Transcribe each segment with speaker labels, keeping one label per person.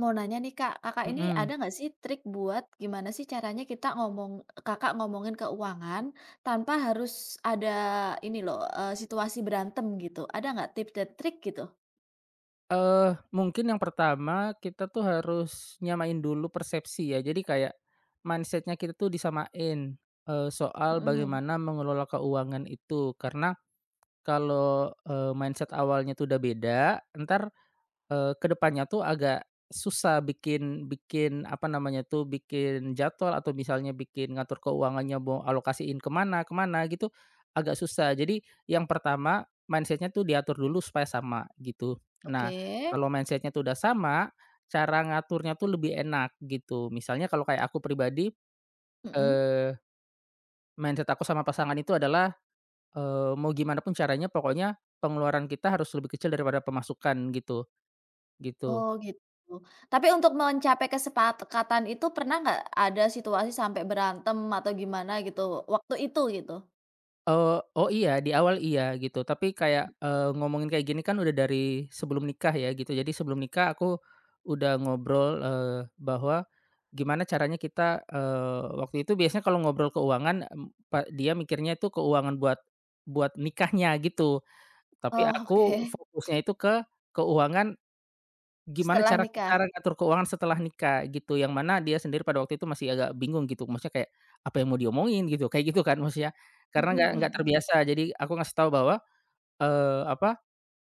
Speaker 1: Mau nanya nih, Kak, Kakak ini ada
Speaker 2: Mhm,
Speaker 1: nggak sih trik buat gimana sih caranya kita ngomong Kakak ngomongin keuangan tanpa harus ada ini loh, situasi berantem gitu? Ada nggak tips dan trik gitu?
Speaker 2: mungkin yang pertama kita tuh harus nyamain dulu persepsi ya. Jadi kayak mindsetnya kita tuh disamain, soal
Speaker 1: Mhm,
Speaker 2: bagaimana mengelola keuangan itu. Karena kalau, mindset awalnya tuh udah beda, ntar ke depannya tuh agak susah bikin bikin apa namanya tuh, bikin jadwal atau misalnya bikin ngatur keuangannya mau alokasiin kemana kemana gitu, agak susah. Jadi yang pertama mindsetnya tuh diatur dulu supaya sama gitu. Nah,
Speaker 1: oke,
Speaker 2: kalau mindsetnya tuh udah sama, cara ngaturnya tuh lebih enak gitu. Misalnya kalau kayak aku pribadi,
Speaker 1: mhm.
Speaker 2: eee, mindset aku sama pasangan itu adalah, mau gimana pun caranya pokoknya pengeluaran kita harus lebih kecil daripada pemasukan gitu, gitu.
Speaker 1: Oh gitu. Tapi untuk mencapai kesepakatan itu pernah nggak ada situasi sampai berantem atau gimana gitu waktu itu gitu?
Speaker 2: Oh iya, di awal iya gitu, tapi kayak, ngomongin kayak gini kan udah dari sebelum nikah ya gitu. Jadi sebelum nikah aku udah ngobrol, bahwa gimana caranya kita, waktu itu biasanya kalau ngobrol keuangan, pa dia mikirnya itu keuangan buat buat nikahnya gitu, tapi
Speaker 1: Oh oke,
Speaker 2: aku fokusnya itu ke keuangan. Gimana
Speaker 1: setelah
Speaker 2: cara
Speaker 1: nikah?
Speaker 2: kita ngatur keuangan setelah nikah gitu, yang mana dia sendiri pada waktu itu masih agak bingung gitu, maksudnya kayak apa yang mau diomongin gitu, kayak gitu kan maksudnya. Karena
Speaker 1: Mhm
Speaker 2: nggak
Speaker 1: mhm,
Speaker 2: terbiasa, jadi aku ngasih tahu bahwa, eee, apa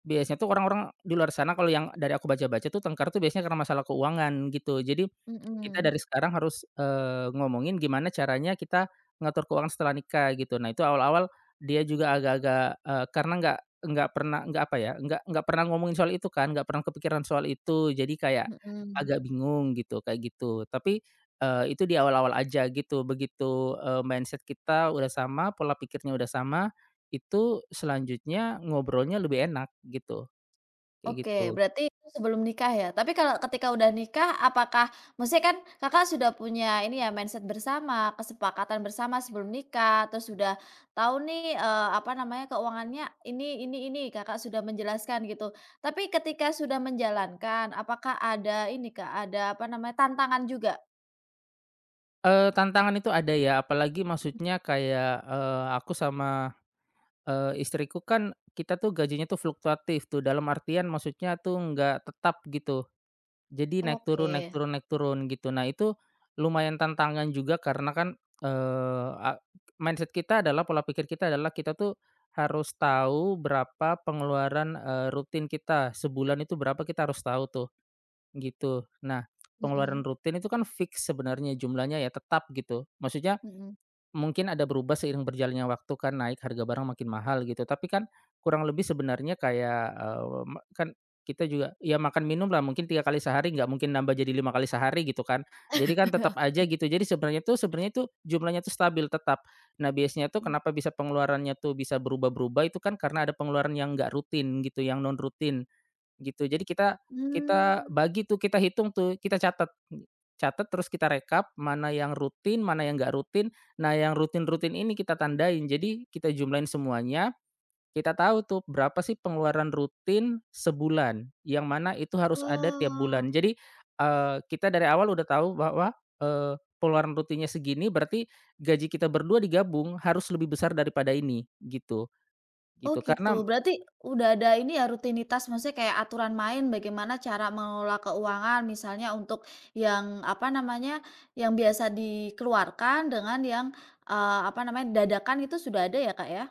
Speaker 2: biasanya tuh orang-orang di luar sana kalau yang dari aku baca-baca tuh tengkar tuh biasanya karena masalah keuangan gitu. Jadi,
Speaker 1: mhm,
Speaker 2: kita
Speaker 1: mhm,
Speaker 2: dari sekarang harus, ngomongin gimana caranya kita ngatur keuangan setelah nikah gitu. Nah itu awal-awal dia juga agak-agak, karena nggak pernah nggak apa ya, nggak pernah ngomongin soal itu kan, nggak pernah kepikiran soal itu. Jadi kayak
Speaker 1: mhm.
Speaker 2: agak bingung gitu, kayak gitu. Tapi, itu di awal-awal aja gitu. Begitu, mindset kita udah sama, pola pikirnya udah sama itu selanjutnya ngobrolnya lebih enak gitu, kayak
Speaker 1: Oke,
Speaker 2: gitu.
Speaker 1: berarti itu sebelum nikah ya? Tapi kalau ketika udah nikah, apakah maksudnya kan Kakak sudah punya ini ya mindset bersama, kesepakatan bersama sebelum nikah, terus sudah tahu nih, apa namanya, keuangannya ini, Kakak sudah menjelaskan gitu. Tapi ketika sudah menjalankan, apakah ada ini, Kak, ada apa namanya, tantangan juga?
Speaker 2: Tantangan itu ada ya, apalagi maksudnya kayak, aku sama, istriku kan kita tuh gajinya tuh fluktuatif tuh, dalam artian maksudnya tuh nggak tetap gitu. Jadi naik
Speaker 1: Oke,
Speaker 2: turun naik turun naik turun gitu. Nah itu lumayan tantangan juga karena kan, eee, a mindset kita adalah, pola pikir kita adalah kita tuh harus tahu berapa pengeluaran, rutin kita, sebulan itu berapa kita harus tahu tuh. Gitu. Nah, pengeluaran
Speaker 1: mhm
Speaker 2: rutin itu kan fix sebenarnya jumlahnya ya, tetap gitu. Maksudnya
Speaker 1: mhm.
Speaker 2: mungkin ada berubah seiring berjalannya waktu kan, naik harga barang makin mahal gitu. Tapi kan kurang lebih sebenarnya kayak, eee, me kan kita juga ya makan minum lah mungkin 3 kali sehari, nggak mungkin nambah jadi 5 kali sehari gitu kan. Jadi kan tetap aja gitu. Jadi sebenarnya tuh jumlahnya tuh stabil tetap. Nah, biasanya tuh kenapa bisa pengeluarannya tuh bisa berubah-berubah itu kan karena ada pengeluaran yang nggak rutin gitu, yang non rutin. Gitu, jadi kita kita
Speaker 1: Hmm.
Speaker 2: bagi tuh, kita hitung tuh, kita catat, catat terus kita rekap mana yang rutin, mana yang nggak rutin. Nah, yang rutin-rutin ini kita tandain, jadi kita jumlahin semuanya, kita tahu tuh berapa sih pengeluaran rutin sebulan, yang mana itu harus ada tiap
Speaker 1: Oh.
Speaker 2: bulan. Jadi, kita dari awal udah tahu bahwa, eee, pengeluaran rutinnya segini, berarti gaji kita berdua digabung harus lebih besar daripada ini, gitu
Speaker 1: Oh
Speaker 2: gitu.
Speaker 1: gitu,
Speaker 2: Karena
Speaker 1: berarti udah ada ini ya rutinitas maksudnya kayak aturan main bagaimana cara mengelola keuangan misalnya untuk yang apa namanya, yang biasa dikeluarkan dengan yang, apa namanya, dadakan itu sudah ada ya, Kak, ya?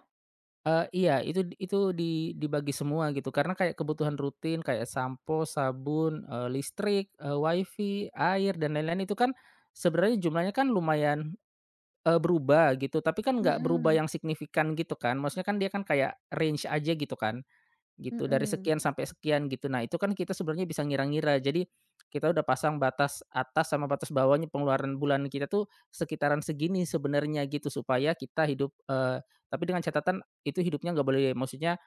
Speaker 2: Iya itu dibagi semua gitu karena kayak kebutuhan rutin kayak sampo, sabun, listrik, wifi, air dan lain-lain itu kan sebenarnya jumlahnya kan lumayan, berubah gitu tapi kan nggak berubah
Speaker 1: Mhm,
Speaker 2: yang signifikan gitu kan maksudnya kan dia kan kayak range aja gitu kan. Gitu, dari
Speaker 1: mhm,
Speaker 2: sekian sampai sekian gitu. Nah, itu kan kita sebenarnya bisa ngira-ngira. Jadi, kita udah pasang batas atas sama batas bawahnya pengeluaran bulan kita tuh sekitaran segini sebenarnya gitu, supaya kita hidup, tapi dengan catatan itu hidupnya nggak boleh maksudnya,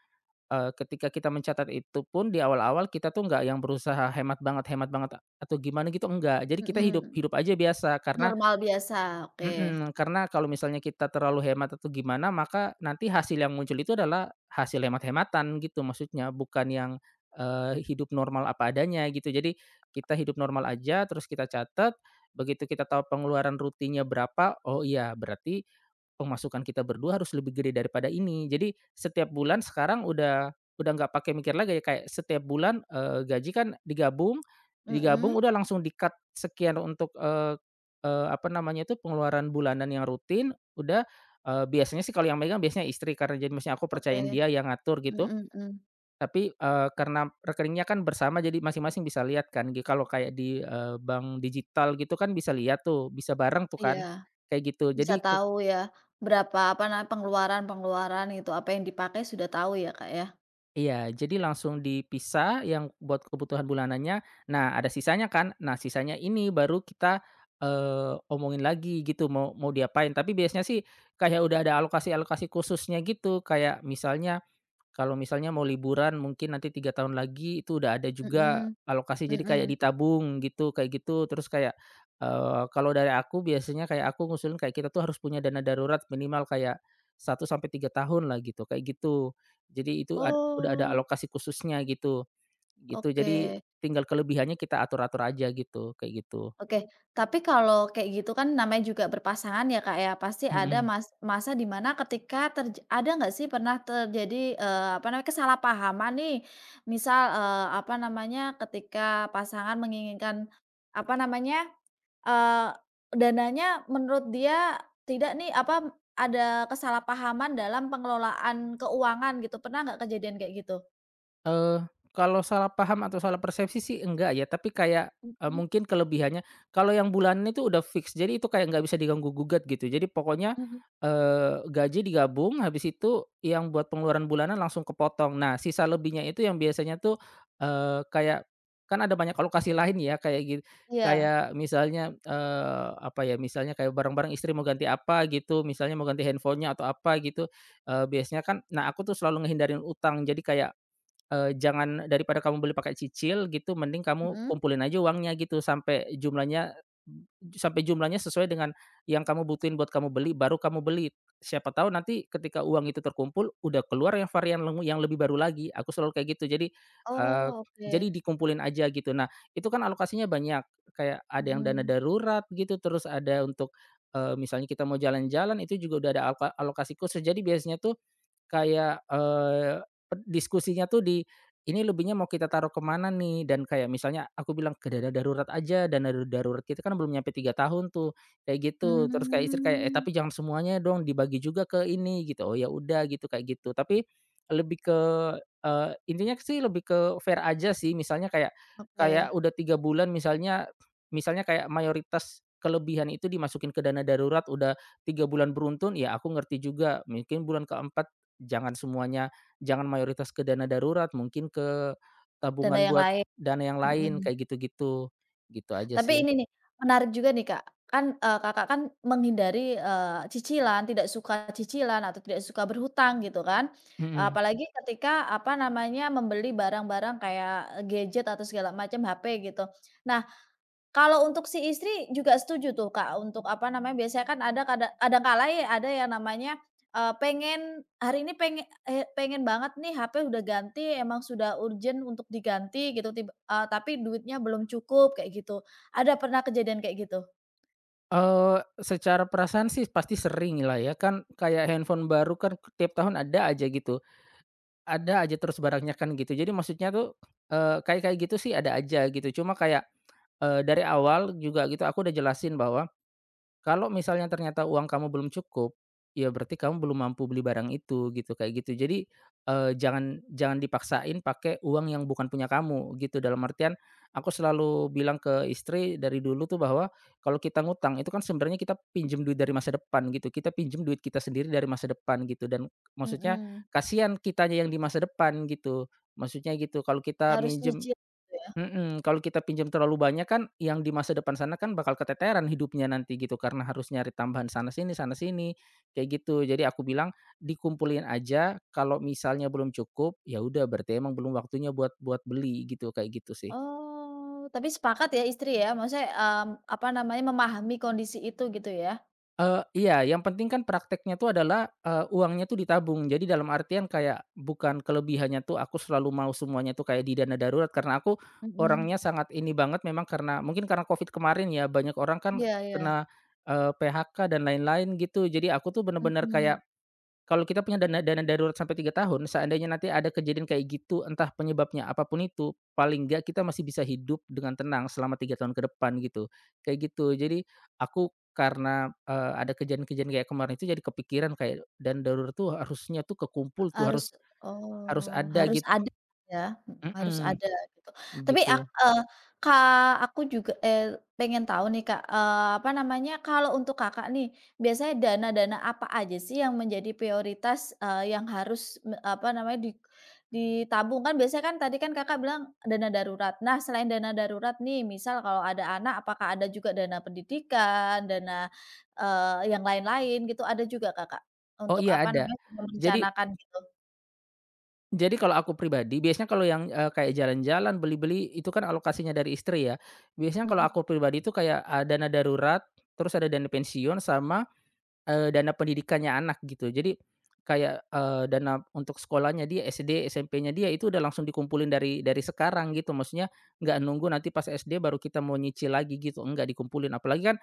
Speaker 2: ketika kita mencatat itu pun di awal-awal kita tuh nggak yang berusaha hemat banget atau gimana gitu, enggak. Jadi kita hidup
Speaker 1: mhm,
Speaker 2: hidup aja biasa, karena
Speaker 1: normal biasa, oke,
Speaker 2: Mhm, karena kalau misalnya kita terlalu hemat atau gimana, maka nanti hasil yang muncul itu adalah hasil hemat-hematan gitu maksudnya, bukan yang, hidup normal apa adanya gitu. Jadi kita hidup normal aja, terus kita catat, begitu kita tahu pengeluaran rutinnya berapa, oh iya berarti pemasukan kita berdua harus lebih gede daripada ini. Jadi setiap bulan sekarang udah nggak pakai mikir lagi ya kayak setiap bulan, gaji kan digabung digabung
Speaker 1: mhm,
Speaker 2: udah langsung di-cut sekian untuk, eee, Eee, apa namanya itu, pengeluaran bulanan yang rutin, udah, biasanya sih kalau yang megang biasanya istri karena jadi maksudnya aku
Speaker 1: oke,
Speaker 2: percayain dia yang ngatur gitu.
Speaker 1: mhm mhm,
Speaker 2: Tapi, karena rekeningnya kan bersama jadi masing-masing bisa lihat kan gi kalau kayak di, bank digital gitu kan bisa lihat tuh, bisa bareng tuh
Speaker 1: iya,
Speaker 2: kan, kayak gitu.
Speaker 1: bisa
Speaker 2: Jadi.
Speaker 1: tahu ya berapa apa namanya, pengeluaran-pengeluaran itu apa yang dipakai sudah tahu ya, Kak, ya?
Speaker 2: Iya, jadi langsung dipisah yang buat kebutuhan bulanannya. Nah, ada sisanya kan. Nah, sisanya ini baru kita, omongin lagi gitu mau mau diapain. Tapi biasanya sih kayak udah ada alokasi-alokasi khususnya gitu. Kayak misalnya kalau misalnya mau liburan mungkin nanti 3 tahun lagi itu udah ada juga
Speaker 1: Mhm,
Speaker 2: alokasi jadi kayak
Speaker 1: mhm,
Speaker 2: ditabung gitu kayak gitu terus kayak, kalau dari aku biasanya kayak aku ngusulin kayak kita tuh harus punya dana darurat minimal kayak 1 sampai 3 tahun lah gitu kayak gitu. Jadi itu udah ada
Speaker 1: oh.
Speaker 2: alokasi khususnya gitu gitu
Speaker 1: Oke,
Speaker 2: jadi tinggal kelebihannya kita atur-atur aja gitu kayak gitu,
Speaker 1: oke. Tapi kalau kayak gitu kan namanya juga berpasangan ya, Kak, ya. Pasti ada
Speaker 2: mhm.
Speaker 1: masa di mana ketika ada nggak sih pernah terjadi, apa namanya, kesalahpahaman nih? Misal, apa namanya, ketika pasangan menginginkan, apa namanya, eee, dananya menurut dia tidak nih, apa, ada kesalahpahaman dalam pengelolaan keuangan gitu. Pernah nggak kejadian kayak gitu?
Speaker 2: Eee, Kalau salah paham atau salah persepsi sih enggak ya, tapi kayak,
Speaker 1: Mhm
Speaker 2: mungkin kelebihannya kalau yang bulanan itu udah fix, jadi itu kayak nggak bisa diganggu-gugat gitu. Jadi pokoknya,
Speaker 1: mhm.
Speaker 2: gaji digabung, habis itu yang buat pengeluaran bulanan langsung kepotong. Nah, sisa lebihnya itu yang biasanya tuh, kayak kan ada banyak alokasi lain ya,
Speaker 1: Iya,
Speaker 2: kayak misalnya, apa ya, misalnya kayak barang-barang istri mau ganti apa gitu, misalnya mau ganti handphonenya atau apa gitu, biasanya kan nah aku tuh selalu ngehindarin utang, jadi kayak jangan daripada kamu beli pakai cicil gitu, mending kamu
Speaker 1: mhm.
Speaker 2: kumpulin aja uangnya gitu sampai jumlahnya sesuai dengan yang kamu butuhin buat kamu beli, baru kamu beli. Siapa tahu nanti ketika uang itu terkumpul, udah keluar yang varian lemu yang lebih baru lagi. Aku selalu kayak gitu. Jadi, eee,
Speaker 1: Oh,
Speaker 2: jadi
Speaker 1: oke.
Speaker 2: dikumpulin aja gitu. Nah, itu kan alokasinya banyak, kayak ada yang dana
Speaker 1: Mhm.
Speaker 2: darurat gitu, terus ada untuk, misalnya kita mau jalan-jalan itu juga udah ada alokasi khusus. Jadi biasanya tuh kayak, eh, Ped diskusinya tuh di, ini lebihnya mau kita taruh kemana nih dan kayak misalnya aku bilang ke dana darurat aja, dana da darurat kita kan belum nyampe 3 tahun tuh, kayak gitu. Terus kayak istri kayak, "Eh,
Speaker 1: Mmm,
Speaker 2: tapi jangan semuanya dong dibagi juga ke ini," gitu. "Oh, ya udah," gitu, kayak gitu. Tapi lebih ke intinya sih lebih ke fair aja sih, misalnya kayak kayak
Speaker 1: oke,
Speaker 2: udah 3 bulan misalnya misalnya kayak mayoritas kelebihan itu dimasukin ke dana darurat, udah 3 bulan beruntun, ya aku ngerti juga mungkin bulan keempat jangan semuanya jangan mayoritas ke dana darurat, mungkin ke
Speaker 1: dana
Speaker 2: tabungan
Speaker 1: yang
Speaker 2: buat
Speaker 1: lain,
Speaker 2: dana yang lain,
Speaker 1: mhm.
Speaker 2: kayak gitu-gitu. Gitu aja
Speaker 1: Tapi
Speaker 2: sih.
Speaker 1: ini nih, menarik juga nih, Kak, kan, Kakak kan menghindari, cicilan, tidak suka cicilan atau tidak suka berhutang gitu kan.
Speaker 2: Mhm.
Speaker 1: Apalagi ketika, apa namanya, membeli barang-barang kayak gadget atau segala macam, HP gitu. Nah, kalau untuk si istri juga setuju tuh, Kak, untuk apa namanya, biasanya kan ada kadangkala ya ada yang namanya, pengen hari ini pengen banget nih HP udah ganti, emang sudah urgent untuk diganti gitu tapi duitnya belum cukup kayak gitu. Ada pernah kejadian kayak gitu?
Speaker 2: Eee, Secara perasaan sih pasti sering lah ya, kan kayak handphone baru kan tiap tahun ada aja gitu. Ada aja terus barangnya kan gitu. Jadi maksudnya tuh, kayak kayak gitu sih ada aja gitu. Cuma kayak, dari awal juga gitu aku udah jelasin bahwa kalau misalnya ternyata uang kamu belum cukup, ya berarti kamu belum mampu beli barang itu gitu, kayak gitu. Jadi, jangan jangan dipaksain pakai uang yang bukan punya kamu gitu, dalam artian aku selalu bilang ke istri dari dulu tuh bahwa kalau kita ngutang itu kan sebenarnya kita pinjam duit dari masa depan gitu, kita pinjam duit kita sendiri dari masa depan gitu dan maksudnya
Speaker 1: Mhm.
Speaker 2: kasihan kitanya yang di masa depan gitu, maksudnya gitu. Kalau kita
Speaker 1: Harus
Speaker 2: minjem,
Speaker 1: nyicil gitu ya?
Speaker 2: Mhm, kalau kita pinjam terlalu banyak kan yang di masa depan sana kan bakal keteteran hidupnya nanti gitu karena harus nyari tambahan sana sini, kayak gitu. Jadi aku bilang dikumpulin aja kalau misalnya belum cukup, ya udah berarti emang belum waktunya buat buat beli gitu, kayak gitu sih.
Speaker 1: Oh, tapi sepakat ya istri ya, maksudnya, apa namanya, memahami kondisi itu gitu ya?
Speaker 2: Iya, yang penting kan prakteknya tuh adalah, uangnya tuh ditabung. Jadi dalam artian kayak bukan kelebihannya tuh aku selalu mau semuanya tuh kayak di dana darurat, karena aku
Speaker 1: Mhm.
Speaker 2: orangnya sangat ini banget memang karena mungkin karena Covid kemarin ya, banyak orang kan
Speaker 1: Iya, iya.
Speaker 2: kena, PHK dan lain-lain gitu. Jadi aku tuh bener-bener
Speaker 1: Mhm.
Speaker 2: kayak kalau kita punya dana dana darurat sampai 3 tahun, seandainya nanti ada kejadian kayak gitu, entah penyebabnya apapun itu, paling nggak kita masih bisa hidup dengan tenang selama 3 tahun ke depan gitu, kayak gitu. Jadi aku karena, ada kejadian-kejadian kayak kemarin itu jadi kepikiran kayak dan darurat tuh harusnya tuh kekumpul tuh,
Speaker 1: Harus,
Speaker 2: harus harus
Speaker 1: oh,
Speaker 2: ada
Speaker 1: harus
Speaker 2: gitu.
Speaker 1: ada, ya, harus
Speaker 2: Mhm,
Speaker 1: ada gitu. Tapi
Speaker 2: gitu.
Speaker 1: Kak, aku juga eh pengen tahu nih, Kak, apa namanya, kalau untuk Kakak nih, biasanya dana-dana apa aja sih yang menjadi prioritas, yang harus apa namanya, ditabung? Kan biasanya kan tadi kan Kakak bilang dana darurat. Nah, selain dana darurat nih, misal kalau ada anak, apakah ada juga dana pendidikan, dana, yang lain-lain gitu, ada juga Kakak?
Speaker 2: Oh
Speaker 1: Untuk
Speaker 2: iya
Speaker 1: apa
Speaker 2: ada.
Speaker 1: namanya,
Speaker 2: Jadi
Speaker 1: merencanakan gitu?
Speaker 2: Jadi kalau aku pribadi, biasanya kalau yang, kayak jalan-jalan, beli-beli, itu kan alokasinya dari istri ya. Biasanya kalau
Speaker 1: Mhm.
Speaker 2: aku pribadi itu kayak, dana darurat, terus ada dana pensiun sama, dana pendidikannya anak gitu. Jadi kayak, dana untuk sekolahnya dia, SD, SMP-nya dia, itu udah langsung dikumpulin dari sekarang gitu. Maksudnya nggak nunggu nanti pas SD baru kita mau nyicil lagi gitu, nggak dikumpulin. Apalagi kan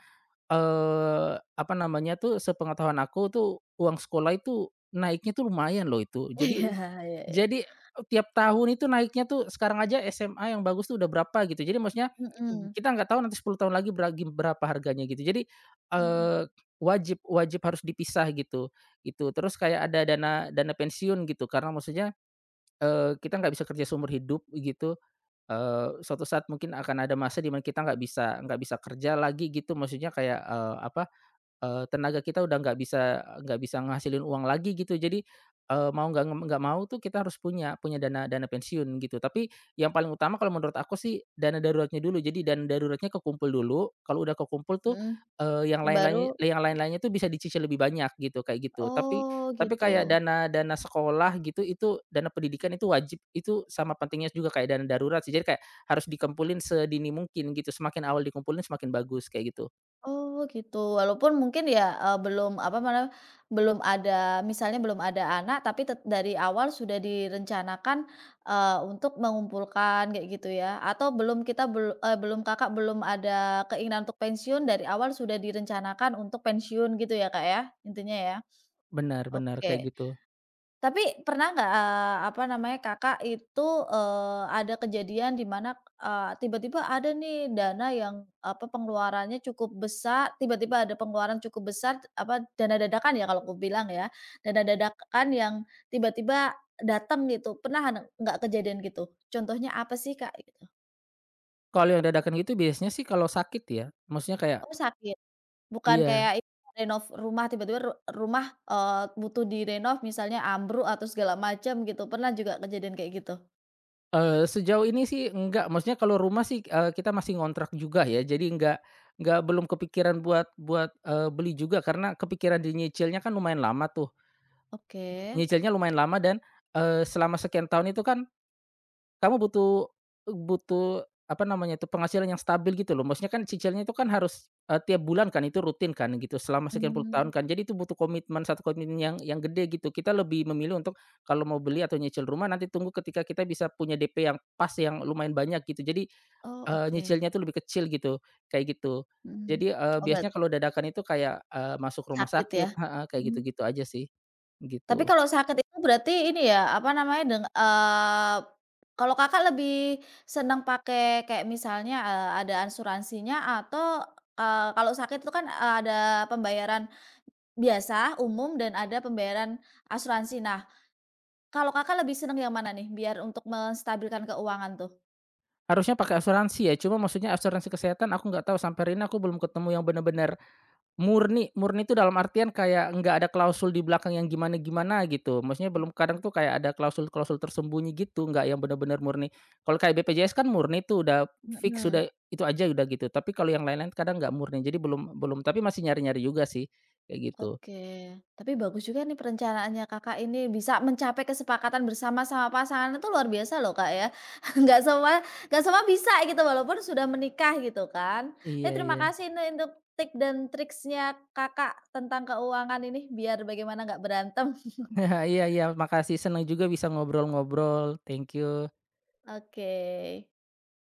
Speaker 2: Apa namanya tuh, sepengetahuan aku tuh, uang sekolah itu naiknya tuh lumayan loh itu.
Speaker 1: Iya,
Speaker 2: Jadi
Speaker 1: iya, iya.
Speaker 2: jadi tiap tahun itu naiknya tuh sekarang aja SMA yang bagus tuh udah berapa gitu. Jadi maksudnya
Speaker 1: Mhm,
Speaker 2: kita nggak tahu nanti 10 tahun lagi berapa harganya gitu. Jadi,
Speaker 1: mhm,
Speaker 2: eee, wajib wajib harus dipisah gitu, gitu. Terus kayak ada dana dana pensiun gitu karena maksudnya, kita nggak bisa kerja seumur hidup gitu, suatu saat mungkin akan ada masa di mana kita nggak bisa kerja lagi gitu maksudnya kayak, tenaga kita udah nggak bisa ngasilin uang lagi gitu. Jadi, mau nggak mau tuh kita harus punya punya dana dana pensiun gitu. Tapi yang paling utama kalau menurut aku sih dana daruratnya dulu. Jadi dana daruratnya kekumpul dulu, kalau udah kekumpul tuh,
Speaker 1: mhm, baru,
Speaker 2: yang lain-lainnya tuh bisa dicicil lebih banyak gitu, kayak gitu. Tapi
Speaker 1: oh gitu,
Speaker 2: kayak dana dana sekolah gitu, itu dana pendidikan itu wajib, itu sama pentingnya juga kayak dana darurat sih. Jadi kayak harus dikumpulin sedini mungkin gitu, semakin awal dikumpulin semakin bagus, kayak gitu.
Speaker 1: oh gitu. Walaupun mungkin ya, belum apa namanya, belum ada misalnya belum ada anak, tapi dari awal sudah direncanakan, untuk mengumpulkan kayak gitu ya? Atau belum Kakak belum ada keinginan untuk pensiun, dari awal sudah direncanakan untuk pensiun gitu ya, Kak, ya? Intinya ya?
Speaker 2: Benar benar, kayak
Speaker 1: Oke.
Speaker 2: gitu.
Speaker 1: Tapi pernah nggak, apa namanya, Kakak itu, ada kejadian di mana, tiba-tiba ada nih dana yang apa, pengeluarannya cukup besar, tiba-tiba ada pengeluaran cukup besar, apa, dana dadakan ya kalau aku bilang ya, dana dadakan yang tiba-tiba datang gitu, pernah ada nggak kejadian gitu? Contohnya apa sih, Kak, gitu?
Speaker 2: Kalau yang dadakan gitu biasanya sih kalau sakit ya, maksudnya kayak
Speaker 1: Oh, sakit? Bukan
Speaker 2: iya,
Speaker 1: kayak itu renov rumah, tiba-tiba rumah, butuh direnov misalnya ambruk atau segala macam gitu, pernah juga kejadian kayak gitu?
Speaker 2: sejauh ini sih enggak, maksudnya kalau rumah sih, kita masih ngontrak juga ya, jadi enggak belum kepikiran buat buat, eee, beli juga karena kepikiran di nyicilnya kan lumayan lama tuh,
Speaker 1: Oke.
Speaker 2: nyicilnya lumayan lama dan, selama sekian tahun itu kan Kamu butuh butuh, apa namanya itu, penghasilan yang stabil gitu loh. Maksudnya kan cicilnya itu kan harus, tiap bulan kan, itu rutin kan gitu, selama sekian puluh tahun
Speaker 1: Mmm,
Speaker 2: kan. Jadi itu butuh komitmen, satu komitmen yang gede gitu. Kita lebih memilih untuk kalau mau beli atau nyicil rumah nanti tunggu ketika kita bisa punya DP yang pas, yang lumayan banyak gitu. Jadi,
Speaker 1: oh oke,
Speaker 2: nyicilnya itu lebih kecil gitu, kayak gitu.
Speaker 1: mhm,
Speaker 2: Jadi,
Speaker 1: oh berat
Speaker 2: biasanya kalau dadakan itu kayak, masuk rumah
Speaker 1: sakit ya?
Speaker 2: sakit heeh, kayak
Speaker 1: Mmm,
Speaker 2: gitu-gitu aja sih,
Speaker 1: tapi
Speaker 2: gitu.
Speaker 1: kalau sakit itu berarti ini ya, apa namanya, kalau Kakak lebih senang pakai kayak misalnya, ada asuransinya atau, kalau sakit itu kan, ada pembayaran biasa, umum, dan ada pembayaran asuransi. Nah, kalau Kakak lebih senang yang mana nih biar untuk menstabilkan keuangan tuh?
Speaker 2: Harusnya pakai asuransi ya, cuma maksudnya asuransi kesehatan aku nggak tahu, sampai hari ini aku belum ketemu yang benar-benar murni. Murni itu dalam artian kayak nggak ada klausul di belakang yang gimana-gimana gitu, maksudnya belum kadang tuh kayak ada klausul-klausul tersembunyi gitu, nggak yang benar-benar murni. Kalau kayak BPJS kan murni tuh udah fix,
Speaker 1: Mhm.
Speaker 2: udah itu aja udah gitu, tapi kalau yang lain-lain kadang nggak murni, jadi belum belum tapi masih nyari-nyari juga sih, kayak gitu.
Speaker 1: Oke, tapi bagus juga nih perencanaannya Kakak ini bisa mencapai kesepakatan bersama sama pasangan itu luar biasa loh, Kak, ya. Nggak semua nggak semua bisa gitu walaupun sudah menikah gitu kan. Saya
Speaker 2: Iya
Speaker 1: terima
Speaker 2: iya.
Speaker 1: kasih ini untuk tip dan triksnya Kakak tentang keuangan ini biar bagaimana nggak berantem.
Speaker 2: Iya iya, makasih senang juga bisa ngobrol-ngobrol, thank you.
Speaker 1: Oke.